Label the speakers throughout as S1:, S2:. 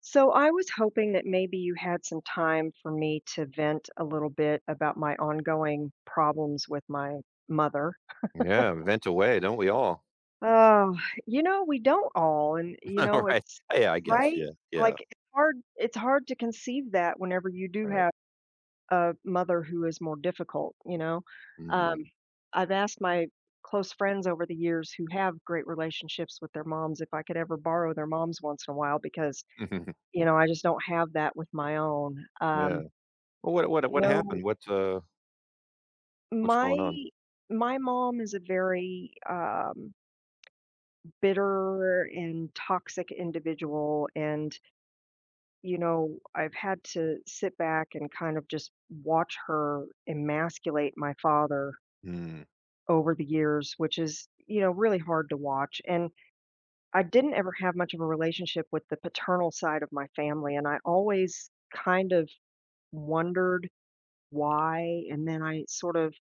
S1: So I was hoping that maybe you had some time for me to vent a little bit about my ongoing problems with my mother.
S2: Yeah, vent away, don't we all?
S1: Oh, we don't all, and
S2: Right.
S1: it's,
S2: Yeah, I guess,
S1: right?
S2: yeah, yeah,
S1: Like it's hard to conceive that whenever you do
S2: right,
S1: have a mother who is more difficult,
S2: mhm,
S1: Um I've asked my close friends over the years who have great relationships with their moms if I could ever borrow their moms once in a while because, I just don't have that with my own.
S2: yeah. Well, what what
S1: You
S2: what
S1: know,
S2: happened? What, what's
S1: my
S2: going on?
S1: my mom is a very, bitter and toxic individual, and, I've had to sit back and kind of just watch her emasculate my father
S2: Mm,
S1: over the years, which is, really hard to watch, and I didn't ever have much of a relationship with the paternal side of my family, and I always kind of wondered why, and then I sort of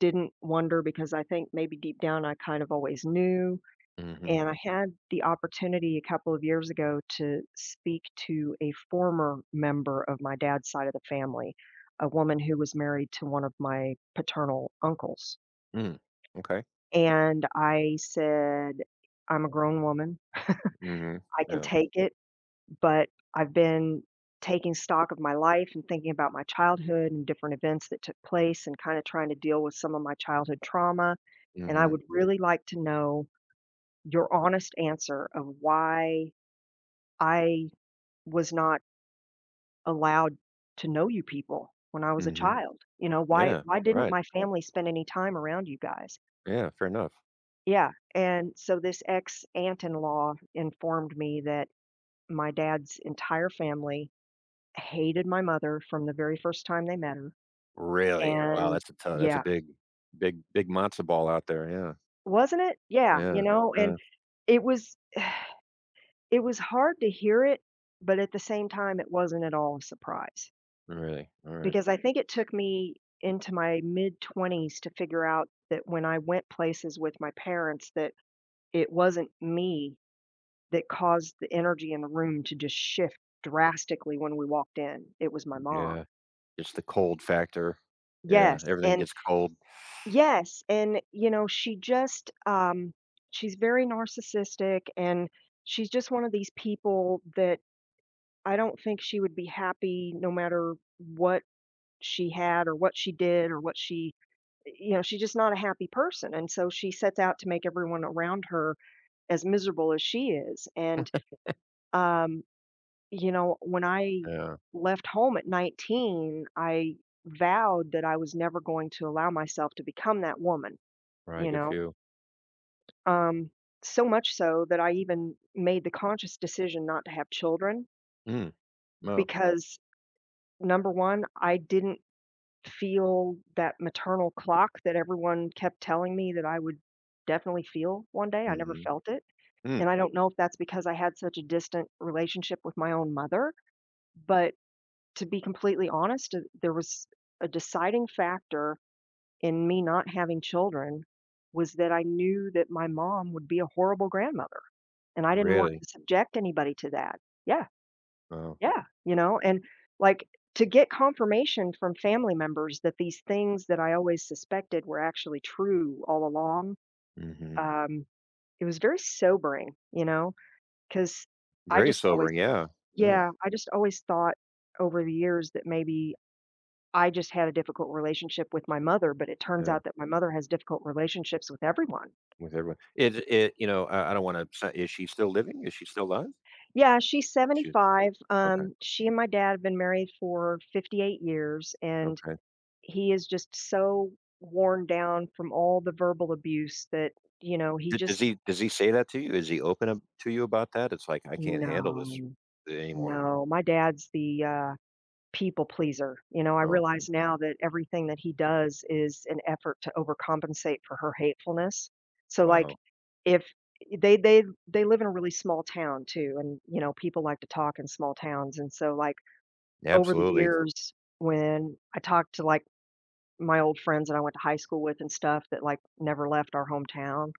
S1: didn't wonder because I think maybe deep down I kind of always knew.
S2: mhm,
S1: And I had the opportunity a couple of years ago to speak to a former member of my dad's side of the family, a woman who was married to one of my paternal uncles.
S2: mm, okay,
S1: And I said, I'm a grown woman.
S2: mhm,
S1: I can
S2: yeah,
S1: take it. But I've been taking stock of my life and thinking about my childhood and different events that took place and kind of trying to deal with some of my childhood trauma. And I
S2: mhm,
S1: would really like to know your honest answer of why I was not allowed to know you people when I was a
S2: mhm,
S1: child. You know, why
S2: yeah,
S1: why didn't
S2: right,
S1: my family spend any time around you guys?
S2: yeah, fair enough.
S1: Yeah. And so this ex aunt in law informed me that my dad's entire family hated my mother from the very first time they met her,
S2: Really? Wow,
S1: and,
S2: that's a
S1: yeah.
S2: big big matzo ball out there, yeah,
S1: Wasn't it? Yeah,
S2: yeah,
S1: and
S2: yeah,
S1: it was it was hard to hear it, but at the same time, it wasn't at all a surprise,
S2: really, alright,
S1: because I think it took me into my mid-20s to figure out that when I went places with my parents that it wasn't me that caused the energy in the room to just shift drastically when we walked in, it was my mom.
S2: yeah, just the cold factor, yeah,
S1: Yes,
S2: everything
S1: and
S2: gets cold,
S1: Yes, and, she's very narcissistic, and she's just one of these people that I don't think she would be happy no matter what she had or what she did or what she you know, she's just not a happy person, and so she sets out to make everyone around her as miserable as she is, and, um, when I
S2: yeah,
S1: left home at 19, I vowed that I was never going to allow myself to become that woman,
S2: right,
S1: you
S2: good for
S1: know?
S2: you.
S1: Um, so much so that I even made the conscious decision not to have children
S2: Mm, wow,
S1: because number 1, I didn't feel that maternal clock that everyone kept telling me that I would definitely feel one day. I never
S2: mhm.
S1: felt it,
S2: Mm,
S1: and I don't know if that's because I had such a distant relationship with my own mother, but to be completely honest, there was a deciding factor in me not having children was that I knew that my mom would be a horrible grandmother. And I didn't want
S2: really?
S1: to subject anybody to that. Yeah,
S2: Wow.
S1: yeah, and, like, to get confirmation from family members that these things that I always suspected were actually true all along,
S2: Mhm.
S1: um, it was very sobering. Because I
S2: Very
S1: just always
S2: sobering, yeah. Yeah,
S1: Yeah, I just always thought over the years that maybe I just had a difficult relationship with my mother, but it turns
S2: yeah,
S1: out that my mother has difficult relationships with everyone.
S2: with everyone. I don't wanna is she still living? Is she still alive?
S1: Yeah, she's
S2: She
S1: 75.
S2: Okay,
S1: She and my dad have been married for 58 years, and
S2: okay.
S1: he is just so worn down from all the verbal abuse that, you know, he
S2: D
S1: just,
S2: does he say that to you? Is he open up to you about that? It's like, "I can't handle this
S1: no,
S2: anymore."
S1: no. My dad's the people pleaser. I
S2: Okay.
S1: realize now that everything that he does is an effort to overcompensate for her hatefulness. So, like,
S2: Wow.
S1: if they live in a really small town too, and people like to talk in small towns, and so like over the
S2: Absolutely.
S1: years, when I talked to, like, my old friends that I went to high school with and stuff that, like, never left our hometown,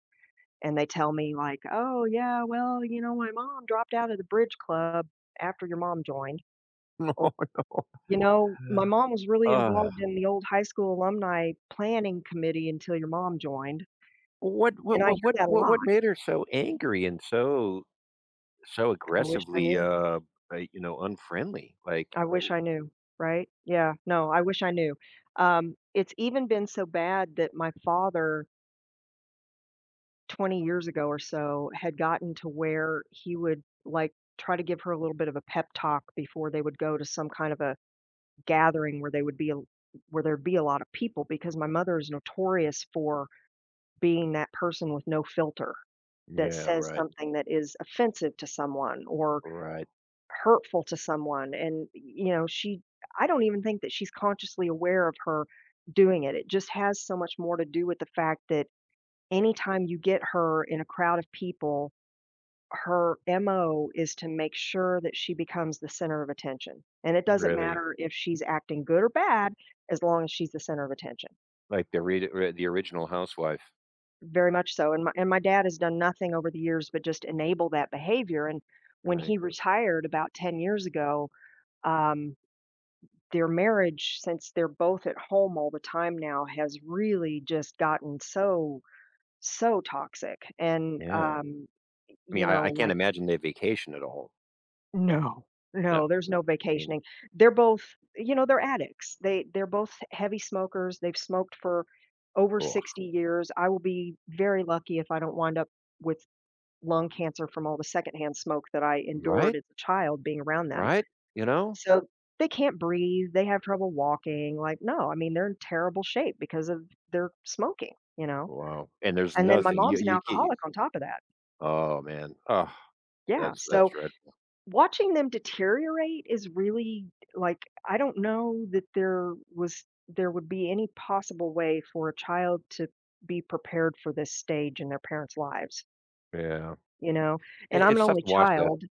S1: and they tell me, like, "Oh, yeah, well, you know, my mom dropped out of the bridge club after your mom joined."
S2: No, no.
S1: You know, my mom was really
S2: Uh.
S1: involved in the old high school alumni planning committee until your mom joined,
S2: What what
S1: and I
S2: what
S1: hear
S2: what
S1: that a
S2: what
S1: lot.
S2: what made her so angry and so so
S1: I wish I
S2: aggressively,
S1: knew.
S2: uh, you know, unfriendly? Like
S1: I wish I knew, right? Yeah, no, I wish I knew. It's even been so bad that my father 20 years ago or so had gotten to where he would, like, try to give her a little bit of a pep talk before they would go to some kind of a gathering where they would be a where there'd be a lot of people because my mother is notorious for being that person with no filter that
S2: yeah,
S1: says
S2: right,
S1: something that is offensive to someone or
S2: right.
S1: hurtful to someone, and, she I don't even think that she's consciously aware of her doing it, it just has so much more to do with the fact that anytime you get her in a crowd of people her MO is to make sure that she becomes the center of attention, and it doesn't
S2: Really?
S1: matter if she's acting good or bad, as long as she's the center of attention.
S2: Like the read re the original housewife,
S1: Very much so, and my dad has done nothing over the years but just enable that behavior, and when
S2: really?
S1: he retired about 10 years ago, um, their marriage, since they're both at home all the time now, has really just gotten so, so toxic, and,
S2: Yeah. I mean,
S1: you know,
S2: I can't
S1: like
S2: imagine they vacation at all.
S1: no,
S2: No.
S1: no, there's no
S2: I mean,
S1: vacationing. They're both, they're addicts. They're both heavy smokers. They've smoked for over
S2: ugh.
S1: 60 years. I will be very lucky if I don't wind up with lung cancer from all the secondhand smoke that I endured
S2: Right?
S1: as a child being around them.
S2: Right? You know?
S1: So they can't breathe, they have trouble walking. Like, no, I mean, they're in terrible shape because of their smoking.
S2: Wow. And there's
S1: And then my
S2: nothing. You
S1: mom's an
S2: you ke
S1: alcoholic on top of that.
S2: Oh, man. Oh,
S1: Yeah.
S2: that's
S1: So,
S2: dreadful.
S1: watching them deteriorate is really like, I don't know that there would be any possible way for a child to be prepared for this stage in their parents' lives,
S2: Yeah.
S1: you know? And
S2: It
S1: I'm an
S2: it's tough
S1: only
S2: to watch that.
S1: child,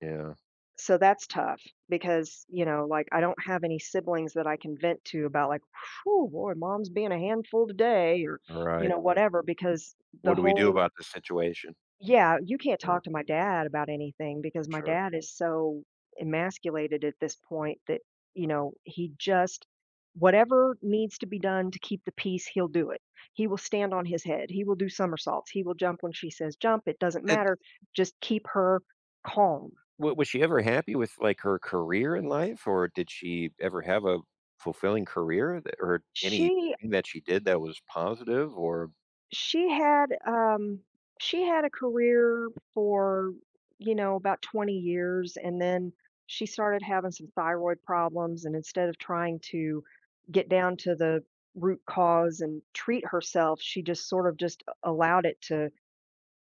S2: Yeah.
S1: so that's tough because, like, I don't have any siblings that I can vent to about like, oh boy, mom's being a handful today," or,
S2: All right.
S1: whatever, because the
S2: What do we do
S1: whole
S2: about this situation?
S1: yeah, you can't
S2: Yeah,
S1: talk to my dad about anything because my
S2: sure.
S1: dad is so emasculated at this point that, he just whatever needs to be done to keep the peace, he'll do it. He will stand on his head. He will do somersaults. He will jump when she says jump. It doesn't matter. Just keep her calm.
S2: Wa was she ever happy with, like, her career in life, or did she ever have a fulfilling career that or anything
S1: She
S2: that she did that was positive or
S1: She had, um she had a career for, about 20 years, and then she started having some thyroid problems, and instead of trying to get down to the root cause and treat herself, she just sort of just allowed it to,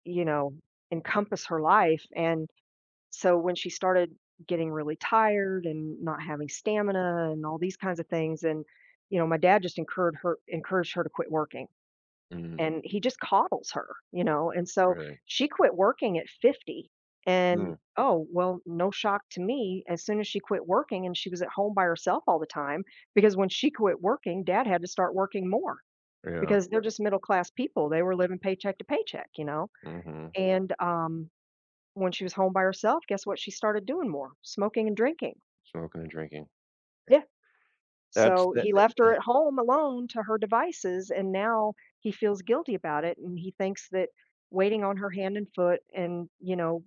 S1: you know, encompass her life, and so when she started getting really tired and not having stamina and all these kinds of things, and, my dad just encouraged her to quit working
S2: mm,
S1: and he just coddles her, and so
S2: really?
S1: she quit working at 50 and
S2: Mm,
S1: oh, well, no shock to me as soon as she quit working and she was at home by herself all the time because when she quit working, dad had to start working more
S2: yeah,
S1: because they're just middle class people. They were living paycheck to paycheck.
S2: mhm,
S1: And when she was home by herself, guess what she started doing more? Smoking and drinking.
S2: smoking and drinking.
S1: Yeah.
S2: That's
S1: So
S2: that
S1: he left
S2: that
S1: her at home alone to her devices, and now he feels guilty about it, and he thinks that waiting on her hand and foot and,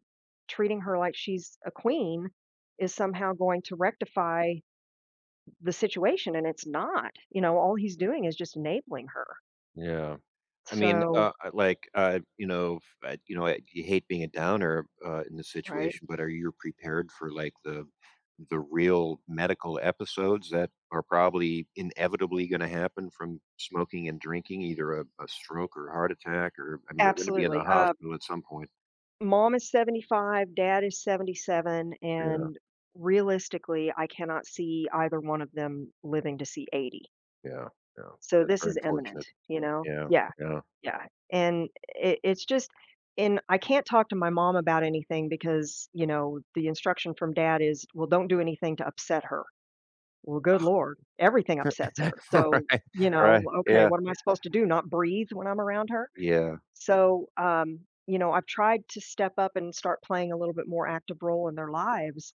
S1: treating her like she's a queen is somehow going to rectify the situation, and it's not. All he's doing is just enabling her.
S2: Yeah. I mean,
S1: So
S2: you know, you know, I you hate being a downer in this
S1: Right.
S2: situation, but are you prepared for like the real medical episodes that are probably inevitably going to happen from smoking and drinking, either a stroke or heart attack, or I mean, they're going to be in the
S1: Absolutely. Uh,
S2: hospital at some point.
S1: mom is 75, dad is 77,
S2: Yeah,
S1: and realistically, I cannot see either one of them living to see 80.
S2: yeah, yeah.
S1: So
S2: That's
S1: this
S2: very
S1: is imminent,
S2: unfortunate.
S1: you know?
S2: Yeah,
S1: Yeah,
S2: yeah.
S1: yeah, and it it's just and I can't talk to my mom about anything because, the instruction from dad is, "Well, don't do anything to upset her." Well, good lord, everything upsets her.
S2: All
S1: So,
S2: right, all right.
S1: okay,
S2: Yeah,
S1: what am I supposed to do, not breathe when I'm around her?
S2: yeah.
S1: So, I've tried to step up and start playing a little bit more active role in their lives,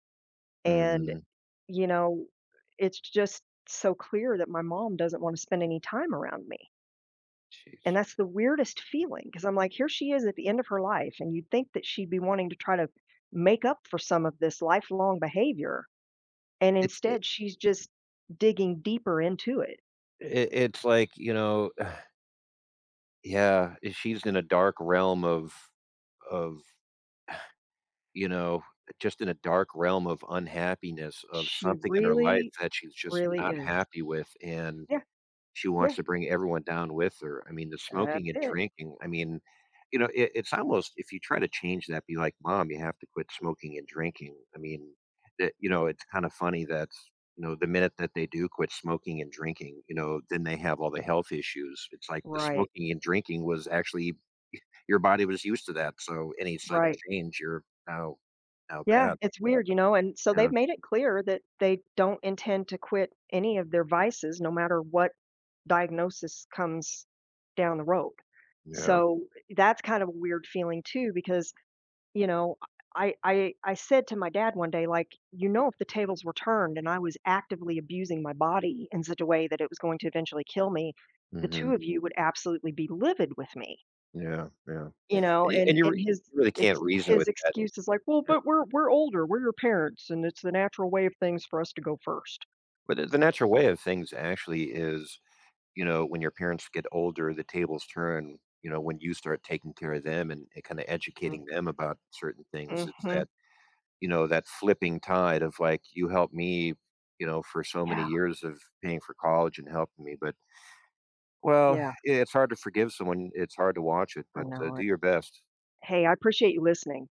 S1: and,
S2: Hmm.
S1: you know, it's just so clear that my mom doesn't wanna spend any time around me. And
S2: Jeez.
S1: that's the weirdest feeling, because 'cause I'm like, here she is at the end of her life, and you'd think that she'd be wanting to try to make up for some of this lifelong behavior, and
S2: It's it,
S1: instead, she's just digging deeper into it.
S2: it's like you know. Yeah, eh, she's in a dark realm of, you know, just in a dark realm of unhappiness, of
S1: She
S2: something in her life
S1: really,
S2: that she's just
S1: really
S2: not
S1: is.
S2: happy with, and
S1: Yeah,
S2: she wants
S1: yeah,
S2: to bring everyone down with her. I mean, the smoking
S1: that's
S2: and
S1: it.
S2: drinking, I mean, you know, it it's almost if you try to change that, be like, "Mom, you have to quit smoking and drinking." I mean, that you know, it's kinda funny that, you know, the minute that they do quit smoking and drinking, you know, then they have all the health issues. It's like the
S1: Right,
S2: smoking and drinking was actually your body was used to that, so any sudden
S1: right.
S2: change, you're now
S1: Yeah,
S2: bad.
S1: it's weird, and so
S2: Yeah,
S1: they've made it clear that they don't intend to quit any of their vices no matter what diagnosis comes down the road.
S2: yeah,
S1: So that's kind of a weird feeling too because, you know, I said to my dad one day like, "You know, if the tables were turned and I was actively abusing my body in such a way that it was going to eventually kill me, the two
S2: mhm,
S1: of you would absolutely be livid with me."
S2: yeah, yeah.
S1: And
S2: And you re
S1: his
S2: you really can't
S1: it's
S2: reason with
S1: his
S2: that,
S1: excuse is like, "Well,
S2: yeah.
S1: but we're older, we're your parents, and it's the natural way of things for us to go first."
S2: But the natural way of things actually is, you know, when your parents get older, the tables turn, you know, when you start taking care of them and kinda
S1: Mm,
S2: educating them about certain things, it's
S1: mhm.
S2: that, you know, that flipping tide of, like, you helped me, you know, for so many
S1: Yeah,
S2: years of paying for college and helping me, but well,
S1: yeah,
S2: it's hard to forgive someone, it's hard to watch it,
S1: I
S2: but,
S1: know
S2: do
S1: it.
S2: your best.
S1: Hey, I appreciate you listening.